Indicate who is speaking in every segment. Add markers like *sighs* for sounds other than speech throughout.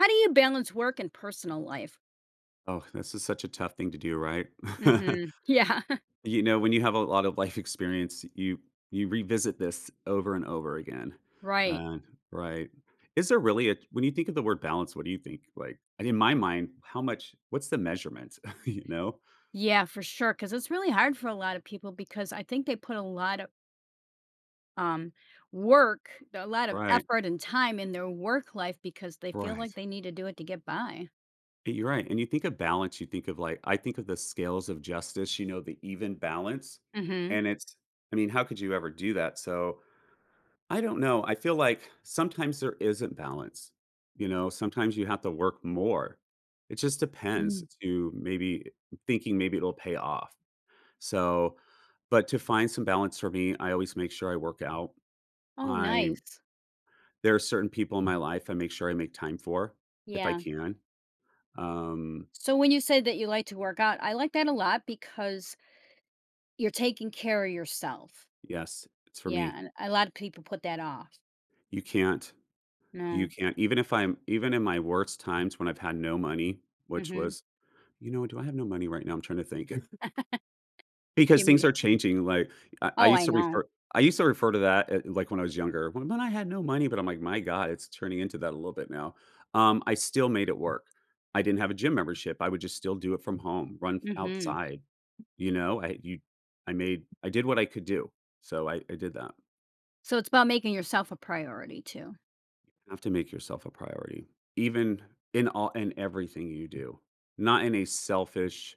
Speaker 1: How do you balance work and personal life?
Speaker 2: Oh, this is such a tough thing to do, right? *laughs*
Speaker 1: Mhm. Yeah, *laughs*
Speaker 2: You know, when you have a lot of life experience, you revisit this over and over again.
Speaker 1: right.
Speaker 2: Uh, right. Is there really a When you think of the word balance, what do you think? Like, and in my mind, how much what's the measurement, *laughs* you know?
Speaker 1: Yeah, for sure. Because it's really hard for a lot of people because I think they put a lot of, um, work a lot of
Speaker 2: Right.
Speaker 1: effort and time in their work life because they feel like
Speaker 2: Right.
Speaker 1: they need to do it to get by.
Speaker 2: You're right. And you think of balance, you think of, like, I think of the scales of justice, you know, the even balance.
Speaker 1: Mhm.
Speaker 2: And it's I mean, how could you ever do that? So I don't know. I feel like sometimes there isn't balance. You know, sometimes you have to work more. It just depends
Speaker 1: Mm.
Speaker 2: to maybe thinking maybe it'll pay off. So, but to find some balance for me, I always make sure I work out.
Speaker 1: Oh,
Speaker 2: I
Speaker 1: nice.
Speaker 2: There are certain people in my life I make sure I make time for if I
Speaker 1: Yeah.
Speaker 2: can. Um,
Speaker 1: So when you say that you like to work out, I like that a lot because you're taking care of yourself.
Speaker 2: yes, it's for
Speaker 1: Yeah,
Speaker 2: me.
Speaker 1: and a lot of people put that off.
Speaker 2: You can't you
Speaker 1: No.
Speaker 2: can't even if I'm even in my worst times when I've had no money, which
Speaker 1: Mhm.
Speaker 2: was, you know, do I have no money right now? I'm trying to think.
Speaker 1: *laughs*
Speaker 2: Because
Speaker 1: You
Speaker 2: things
Speaker 1: me
Speaker 2: are changing, like, I
Speaker 1: Oh, I
Speaker 2: used to
Speaker 1: know.
Speaker 2: refer I used to refer to that, like, when I was younger, when I had no money, but I'm like, "My god, it's turning into that a little bit now." I still made it work. I didn't have a gym membership, I would just still do it from home, run
Speaker 1: Mhm.
Speaker 2: outside, you know? I did what I could do, so I did that.
Speaker 1: So it's about making yourself a priority too.
Speaker 2: Have to make yourself a priority, even in everything you do. Not in a selfish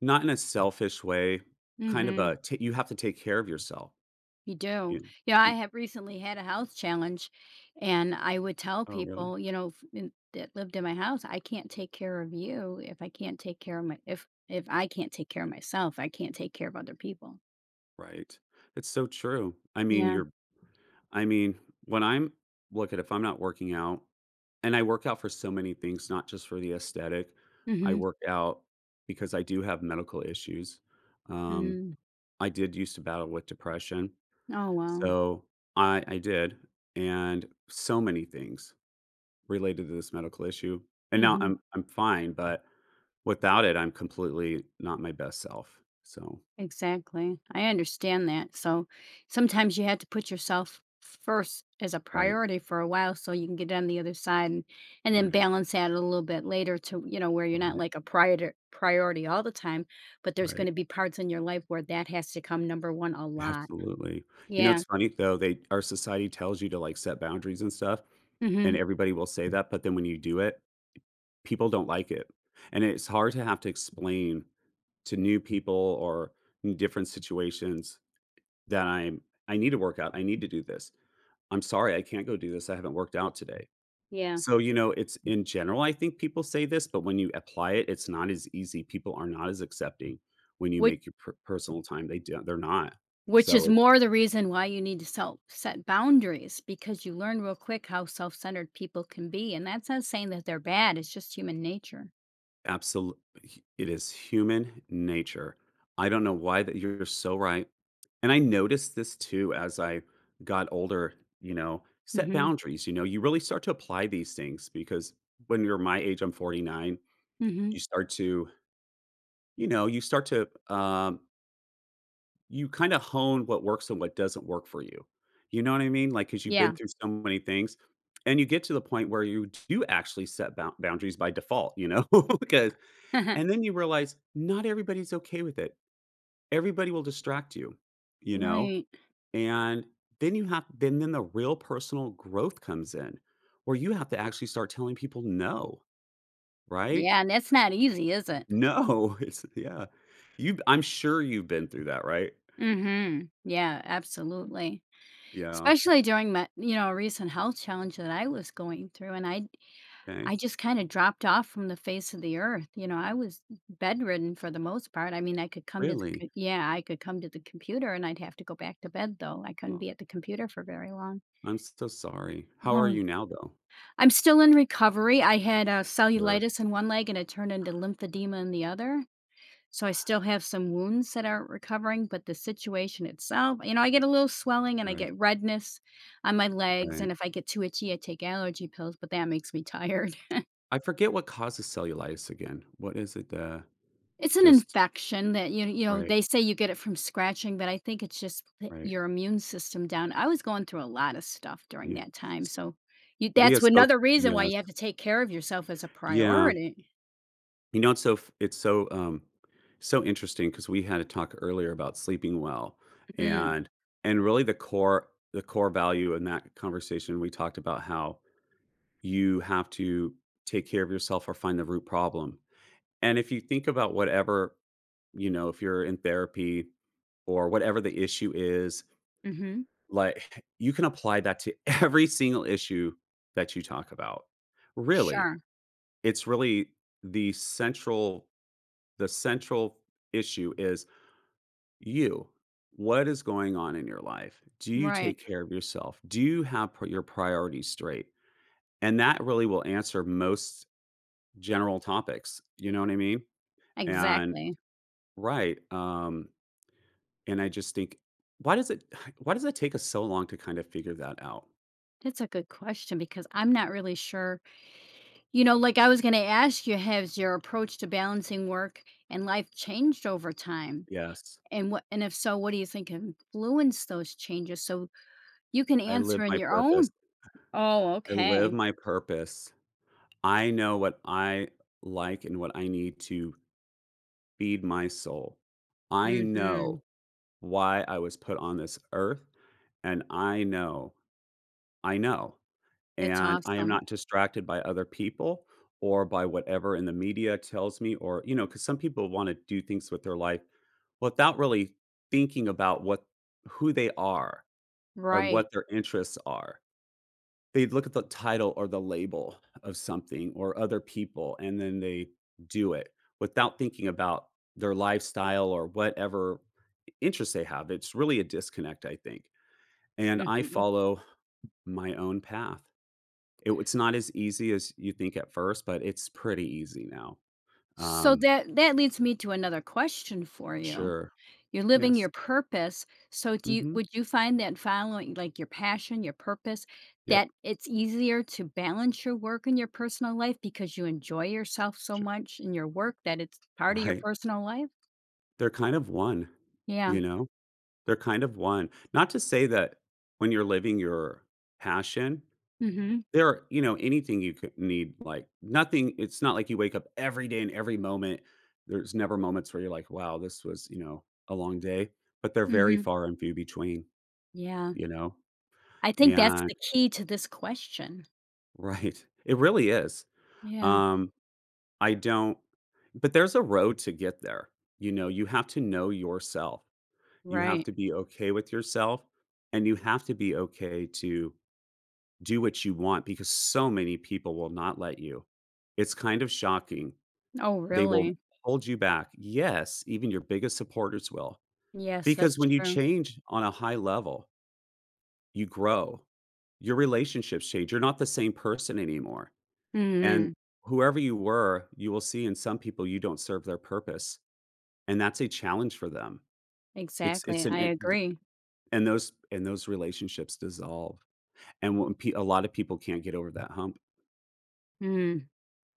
Speaker 2: Not in a selfish way,
Speaker 1: Mhm.
Speaker 2: you have to take care of yourself.
Speaker 1: You do. Yeah, I
Speaker 2: You
Speaker 1: have recently had a health challenge and I would tell
Speaker 2: Oh, really?
Speaker 1: people, that lived in my house, I can't take care of you if I can't take care of my if I can't take care of myself, I can't take care of other people.
Speaker 2: Right. It's so true. I mean,
Speaker 1: Yeah.
Speaker 2: you're I mean, when I'm look at if I'm not working out, and I work out for so many things, not just for the aesthetic. I
Speaker 1: Mhm.
Speaker 2: work out because I do have medical issues. Um,
Speaker 1: Mm.
Speaker 2: I did used to battle with depression.
Speaker 1: Oh wow.
Speaker 2: So I did, and so many things related to this medical issue. And now
Speaker 1: Mhm.
Speaker 2: I'm fine, but without it, I'm completely not my best self. So,
Speaker 1: Exactly. I understand that. So sometimes you had to put yourself first as a
Speaker 2: right,
Speaker 1: priority for a while so you can get on the other side, and then
Speaker 2: right,
Speaker 1: balance that a little bit later to, you know, where you're not
Speaker 2: right,
Speaker 1: like a priority all the time, but there's going
Speaker 2: right.
Speaker 1: to be parts in your life where that has to come number one a lot.
Speaker 2: Absolutely. You know,
Speaker 1: Yeah.
Speaker 2: it's funny though, they our society tells you to, like, set boundaries and stuff, and
Speaker 1: Hmm.
Speaker 2: everybody will say that, but then when you do it, people don't like it. And it's hard to have to explain to new people or in different situations that I'm I need to work out. I need to do this. I'm sorry, I can't go do this. I haven't worked out today.
Speaker 1: Yeah.
Speaker 2: So, you know, it's in general, I think people say this, but when you apply it, it's not as easy. People are not as accepting when you
Speaker 1: Which
Speaker 2: make your personal time. They do, they're not.
Speaker 1: which is
Speaker 2: So,
Speaker 1: more the reason why you need to self set boundaries because you learn real quick how self centered people can be. And that's not saying that they're bad, it's just human nature.
Speaker 2: absolutely, it is human nature. I don't know why that you're so right, and I noticed this too as I got older, you know, set
Speaker 1: Hmm.
Speaker 2: boundaries, you know, you really start to apply these things because when you're my age, I'm 49.
Speaker 1: Hmm.
Speaker 2: You start to, you know, um you kinda hone what works and what doesn't work for you. You know what I mean? Like, because 'cause you've been
Speaker 1: Yeah.
Speaker 2: through so many things, and you get to the point where you do actually set boundaries by default, you know, *laughs* because.
Speaker 1: *laughs*
Speaker 2: And then you realize not everybody's okay with it. Everybody will distract you, you know?
Speaker 1: Right.
Speaker 2: And then you have then the real personal growth comes in where you have to actually start telling people no, right?
Speaker 1: Yeah, and that's not easy, is it?
Speaker 2: No. *laughs* It's Yeah. You I'm sure you've been through that, right?
Speaker 1: Mhm. Yeah, absolutely.
Speaker 2: Yeah.
Speaker 1: Especially during my, you know, recent health challenge that I was going through, and
Speaker 2: Okay.
Speaker 1: I just kinda dropped off from the face of the earth. You know, I was bedridden for the most part. I mean, I could come to the
Speaker 2: Really?
Speaker 1: co yeah, I could come to the computer, and I'd have to go back to bed, though. I couldn't
Speaker 2: Oh,
Speaker 1: be at the computer for very long.
Speaker 2: I'm so sorry. How are
Speaker 1: No.
Speaker 2: you now though?
Speaker 1: I'm still in recovery. I had,
Speaker 2: Sure.
Speaker 1: cellulitis in one leg, and it turned into lymphedema in the other. So I still have some wounds that aren't recovering, but the situation itself, you know, I get a little swelling and I
Speaker 2: Right,
Speaker 1: get redness on my legs.
Speaker 2: right.
Speaker 1: And if I get too itchy, I take allergy pills, but that makes me tired. *laughs*
Speaker 2: I forget what causes cellulitis again. What is it? Uh
Speaker 1: It's an
Speaker 2: just
Speaker 1: infection that you know
Speaker 2: right,
Speaker 1: they say you get it from scratching, but I think it's just put
Speaker 2: right.
Speaker 1: your immune system down. I was going through a lot of stuff during
Speaker 2: Yeah.
Speaker 1: that time, so you,
Speaker 2: We
Speaker 1: that's
Speaker 2: had spoke
Speaker 1: another reason why
Speaker 2: Yes,
Speaker 1: you have to take care of yourself as a
Speaker 2: yeah.
Speaker 1: priority.
Speaker 2: You know, it's so f it's so, so interesting because we had a talk earlier about sleeping well,
Speaker 1: Mm.
Speaker 2: and really the core value in that conversation, we talked about how you have to take care of yourself or find the root problem, and if you think about if you're in therapy or whatever the issue is,
Speaker 1: Hmm.
Speaker 2: like, *laughs* you can apply that to every single issue that you talk about, really.
Speaker 1: Sure.
Speaker 2: It's really the central the central issue is you. What is going on in your life? Do you
Speaker 1: Right.
Speaker 2: take care of yourself? Do you have pri your priorities straight? And that really will answer most general topics, you know what I mean? And
Speaker 1: Exactly.
Speaker 2: right, and I just think, why does it *sighs* why does it take us so long to kind of figure that out?
Speaker 1: That's a good question because I'm not really sure. You know, like I was going to ask you, has your approach to balancing work and life changed over time?
Speaker 2: Yes.
Speaker 1: And what and if so, what do you think influenced those changes? So you can
Speaker 2: I live
Speaker 1: answer in
Speaker 2: my
Speaker 1: your
Speaker 2: purpose.
Speaker 1: own. Oh,
Speaker 2: I live
Speaker 1: okay.
Speaker 2: my purpose. I know what I like and what I need to feed my soul. I
Speaker 1: Mhm.
Speaker 2: know why I was put on this earth, and I know,
Speaker 1: That's
Speaker 2: and I am
Speaker 1: awesome.
Speaker 2: not distracted by other people or by whatever in the media tells me, or, you know, because some people want to do things with their life without really thinking about what who they are and
Speaker 1: Right.
Speaker 2: what their interests are. They look at the title or the label of something or other people, and then they do it without thinking about their lifestyle or whatever interests they have. It's really a disconnect, I think. And I
Speaker 1: Mhm.
Speaker 2: follow my own path. It's not as easy as you think at first, but it's pretty easy now.
Speaker 1: So
Speaker 2: Um,
Speaker 1: that leads me to another question for you.
Speaker 2: sure.
Speaker 1: You're living
Speaker 2: Yes.
Speaker 1: your purpose, so do you
Speaker 2: Hmm.
Speaker 1: would you find that following, like, your passion, your purpose,
Speaker 2: Yep.
Speaker 1: that it's easier to balance your work and your personal life because you enjoy yourself so
Speaker 2: Sure.
Speaker 1: much in your work that it's part of your
Speaker 2: Right.
Speaker 1: personal life?
Speaker 2: They're kind of one,
Speaker 1: Yeah.
Speaker 2: you know, they're kind of one. Not to say that when you're living your passion,
Speaker 1: Mhm.
Speaker 2: there are, you know, anything you could need, like, nothing it's not like you wake up every day and every moment. There's never moments where you're like, "Wow, this was, you know, a long day," but they're very
Speaker 1: Mhm.
Speaker 2: far and few between,
Speaker 1: Yeah.
Speaker 2: you know?
Speaker 1: I think that's
Speaker 2: And
Speaker 1: the key to this question.
Speaker 2: *laughs* right. It really is.
Speaker 1: Yeah.
Speaker 2: Um, I don't but there's a road to get there, you know? You have to know yourself. You have
Speaker 1: Right.
Speaker 2: to be okay with yourself, and you have to be okay to do what you want because so many people will not let you. It's kind of shocking.
Speaker 1: Oh,
Speaker 2: They will
Speaker 1: really?
Speaker 2: hold you back. Yes, even your biggest supporters will.
Speaker 1: Yes, that's
Speaker 2: Because when you
Speaker 1: true.
Speaker 2: change on a high level, you grow. Your relationships change. You're not the same person anymore. And
Speaker 1: Mhm.
Speaker 2: whoever you were, you will see in some people you don't serve their purpose, and that's a challenge for them.
Speaker 1: Exactly,
Speaker 2: It's an
Speaker 1: I
Speaker 2: it th
Speaker 1: agree.
Speaker 2: and those relationships dissolve, and when pe a lot of people can't get over that hump,
Speaker 1: Mm.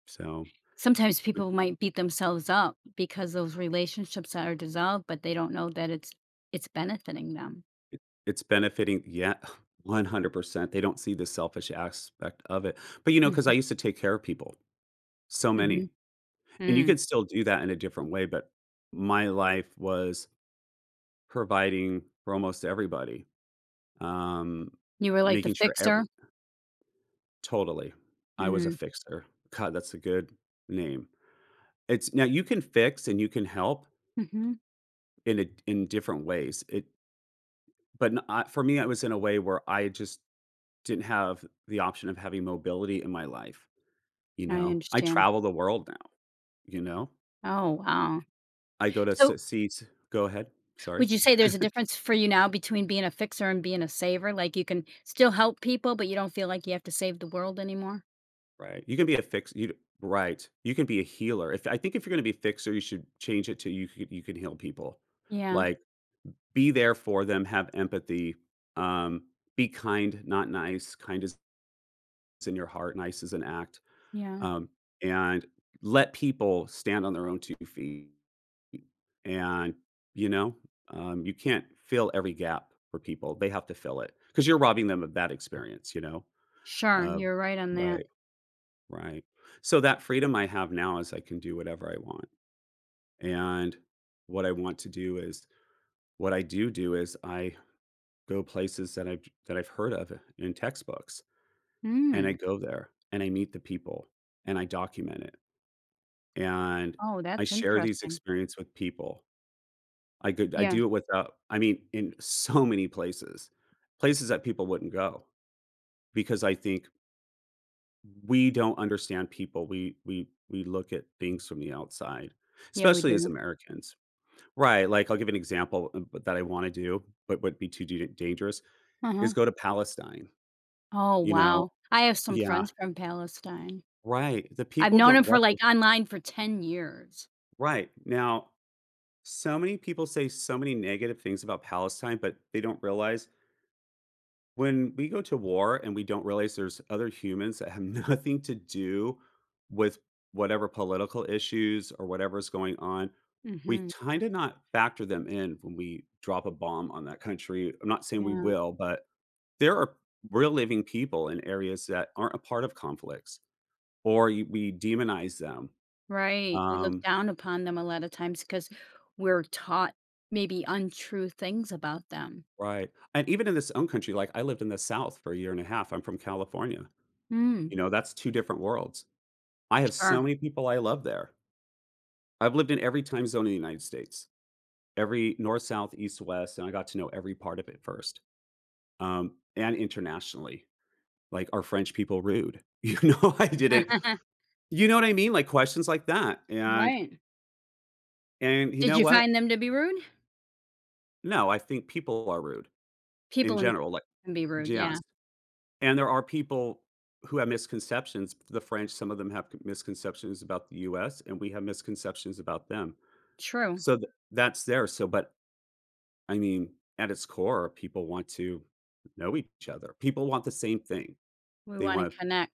Speaker 2: so
Speaker 1: Sometimes people might beat themselves up because those relationships are dissolved, but they don't know that it's benefiting them.
Speaker 2: it's benefiting, yeah. *laughs* *sighs* 100%. They don't see the selfish aspect of it. But, you know, because
Speaker 1: Mhm,
Speaker 2: I used to take care of people, so
Speaker 1: mhm,
Speaker 2: many, and you
Speaker 1: mm.
Speaker 2: could still do that in a different way, but my life was providing for almost everybody. um,
Speaker 1: You were like the
Speaker 2: making sure every
Speaker 1: fixer?
Speaker 2: totally. I was a
Speaker 1: Mm,
Speaker 2: fixer. God, that's a good name. It's Now you can fix and you can help
Speaker 1: mhm,
Speaker 2: in different ways. It but n I For me, I was in a way where I just didn't have the option of having mobility in my life. You
Speaker 1: I
Speaker 2: know, I
Speaker 1: understand.
Speaker 2: travel the world now, you know?
Speaker 1: Oh, wow.
Speaker 2: I go to s
Speaker 1: So,
Speaker 2: see s Go ahead, sorry.
Speaker 1: would you say there's a difference for you now between being a fixer and being a saver? Like, you can still help people, but you don't feel like you have to save the world anymore?
Speaker 2: Right, you can be a fix you right, you can be a healer. If I think if you're gonna be a fixer, you should change it to you can heal people.
Speaker 1: Yeah,
Speaker 2: Like, be there for them, have empathy, um, be kind, not nice. Kind is in your heart, nice is an act,
Speaker 1: yeah.
Speaker 2: um, and let people stand on their own 2 feet. And, you know, you can't fill every gap for people. They have to fill it because you're robbing them of that experience, you know?
Speaker 1: Sure,
Speaker 2: Uh,
Speaker 1: you're right on that.
Speaker 2: right, right. So that freedom I have now is I can do whatever I want. And what I want to do is what I do do is I go places that I've heard of in textbooks and I
Speaker 1: Mm.
Speaker 2: go there and I meet the people and I document it and
Speaker 1: Oh,
Speaker 2: I
Speaker 1: that's
Speaker 2: share these
Speaker 1: interesting.
Speaker 2: experience with people I could I
Speaker 1: Yeah,
Speaker 2: do it without I mean, in so many places, that people wouldn't go because I think we don't understand people. We look at things from the outside,
Speaker 1: yeah, we
Speaker 2: especially as
Speaker 1: do.
Speaker 2: Americans. Right, like, I'll give an example, but that I wanna do, but would be too d dangerous, is
Speaker 1: Uh-huh.
Speaker 2: go to Palestine,
Speaker 1: Oh,
Speaker 2: you
Speaker 1: wow.
Speaker 2: know?
Speaker 1: I have some
Speaker 2: Yeah.
Speaker 1: friends from Palestine.
Speaker 2: Right, the
Speaker 1: I've
Speaker 2: people
Speaker 1: known them
Speaker 2: don't
Speaker 1: for, like,
Speaker 2: represent—
Speaker 1: online for 10 years.
Speaker 2: Right, now, so many people say so many negative things about Palestine, but they don't realize. When we go to war and we don't realize, there's other humans that have *laughs* nothing to do with whatever political issues or whatever's going on. We
Speaker 1: Mhm.
Speaker 2: kind of not factor them in when we drop a bomb on that country. I'm not saying we
Speaker 1: Yeah.
Speaker 2: will, but there are real living people in areas that aren't a part of conflicts, or we demonize them.
Speaker 1: Right. We look
Speaker 2: Um,
Speaker 1: down upon them a lot of times because 'cause we're taught maybe untrue things about them.
Speaker 2: right. And even in this own country, like, I lived in the South for a year and a half. I'm from California.
Speaker 1: Mm,
Speaker 2: You know, that's two different worlds. I have
Speaker 1: sure.
Speaker 2: so many people I love there. I've lived in every time zone in the United States, every north, south, east, west, and I got to know every part of it first, and internationally. Like, are French people rude? *laughs* You know, I didn't.
Speaker 1: *laughs*
Speaker 2: You know what I mean? Like, questions like that, and
Speaker 1: Right.
Speaker 2: and you
Speaker 1: Did
Speaker 2: know
Speaker 1: you
Speaker 2: what?
Speaker 1: find them to be rude?
Speaker 2: No, I think people are rude in
Speaker 1: People in
Speaker 2: general. Like,
Speaker 1: can be rude, yeah.
Speaker 2: yes, and there are people who have misconceptions. The French, some of them have misconceptions about the U.S., and we have misconceptions about them.
Speaker 1: True.
Speaker 2: So that's there. So, but I mean, at its core, people want to know each other. People want the same thing.
Speaker 1: We
Speaker 2: They
Speaker 1: wanna
Speaker 2: want to,
Speaker 1: connect.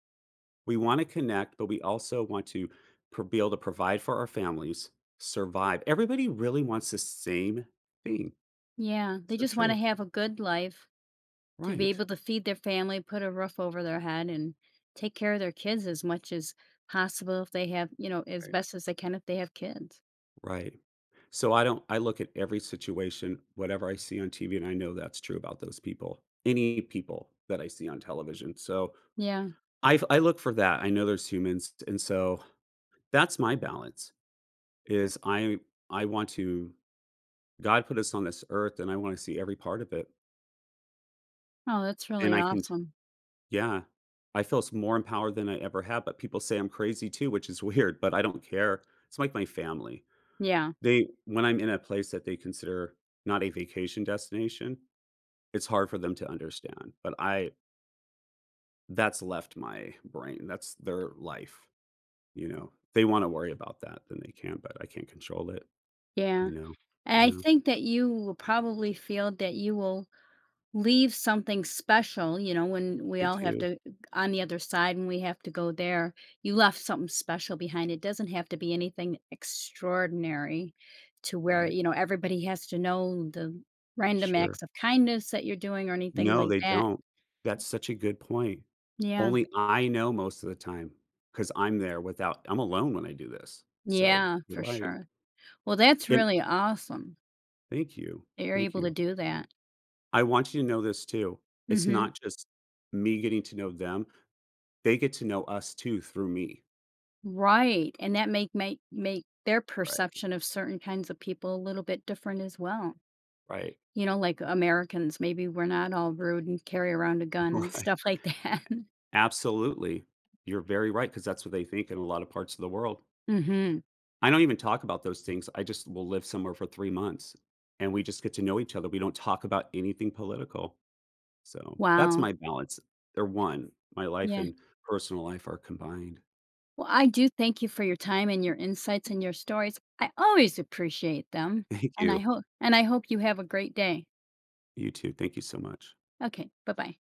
Speaker 2: we want to connect, but we also want to be able to provide for our families, survive. Everybody really wants the same thing.
Speaker 1: Yeah, they
Speaker 2: So
Speaker 1: just wanna
Speaker 2: true.
Speaker 1: have a good life, to be
Speaker 2: Right.
Speaker 1: able to feed their family, put a roof over their head, and take care of their kids as much as possible if they have, you know, as
Speaker 2: Right.
Speaker 1: best as they can if they have kids.
Speaker 2: Right. So I don't— I look at every situation, whatever I see on TV, and I know that's true about those people, any people that I see on television. So
Speaker 1: Yeah.
Speaker 2: I look for that. I know there's humans. And so that's my balance. Is I want to— God put us on this earth, and I wanna see every part of it.
Speaker 1: Oh, that's
Speaker 2: And
Speaker 1: really
Speaker 2: I can,
Speaker 1: awesome.
Speaker 2: yeah. I feel s more empowered than I ever have, but people say I'm crazy too, which is *laughs* weird, but I don't care. It's like my family.
Speaker 1: Yeah.
Speaker 2: They when I'm in a place that they consider not a vacation destination, it's hard for them to understand, but I that's left my brain. That's their life, you know? If they wanna worry about that, then they can, but I can't control it, you
Speaker 1: Yeah.
Speaker 2: know?
Speaker 1: And I
Speaker 2: Yeah,
Speaker 1: think that you will probably feel that you will leave something special, you know, when we
Speaker 2: they
Speaker 1: all have
Speaker 2: do,
Speaker 1: to on the other side and we have to go there, you left something special behind. It doesn't have to be anything extraordinary to where,
Speaker 2: right,
Speaker 1: you know, everybody has to know the random
Speaker 2: sure.
Speaker 1: acts of kindness that you're doing or anything
Speaker 2: No,
Speaker 1: like
Speaker 2: they
Speaker 1: that.
Speaker 2: don't. That's such a good point.
Speaker 1: Yeah.
Speaker 2: Only I know most of the time, because 'cause I'm there. Without I'm alone when I do this. So,
Speaker 1: Yeah,
Speaker 2: you're
Speaker 1: for
Speaker 2: right.
Speaker 1: sure. Well, that's
Speaker 2: And
Speaker 1: really awesome
Speaker 2: thank you,
Speaker 1: that you're
Speaker 2: thank
Speaker 1: able to
Speaker 2: you.
Speaker 1: do that.
Speaker 2: I want you to know this too. It's
Speaker 1: Hmm.
Speaker 2: not just me getting to know them, they get to know us too through me.
Speaker 1: Right. And that make their
Speaker 2: Right,
Speaker 1: perception of certain kinds of people a little bit different as well.
Speaker 2: right,
Speaker 1: You know, like Americans, maybe we're not all rude and carry around a gun and
Speaker 2: *laughs* right.
Speaker 1: stuff like that. *laughs*
Speaker 2: Absolutely. You're very right because that's what they think in a lot of parts of the world.
Speaker 1: Mhm.
Speaker 2: I don't even talk about those things. I just will live somewhere for 3 months, and we just get to know each other. We don't talk about anything political. So, that's
Speaker 1: Wow.
Speaker 2: my balance. They're one. My life
Speaker 1: Yeah.
Speaker 2: and personal life are combined.
Speaker 1: Well, I do thank you for your time and your insights and your stories. I always appreciate them,
Speaker 2: *laughs* Thank you.
Speaker 1: and I hope you have a great day.
Speaker 2: You too. Thank you so much.
Speaker 1: Okay. Bye-bye.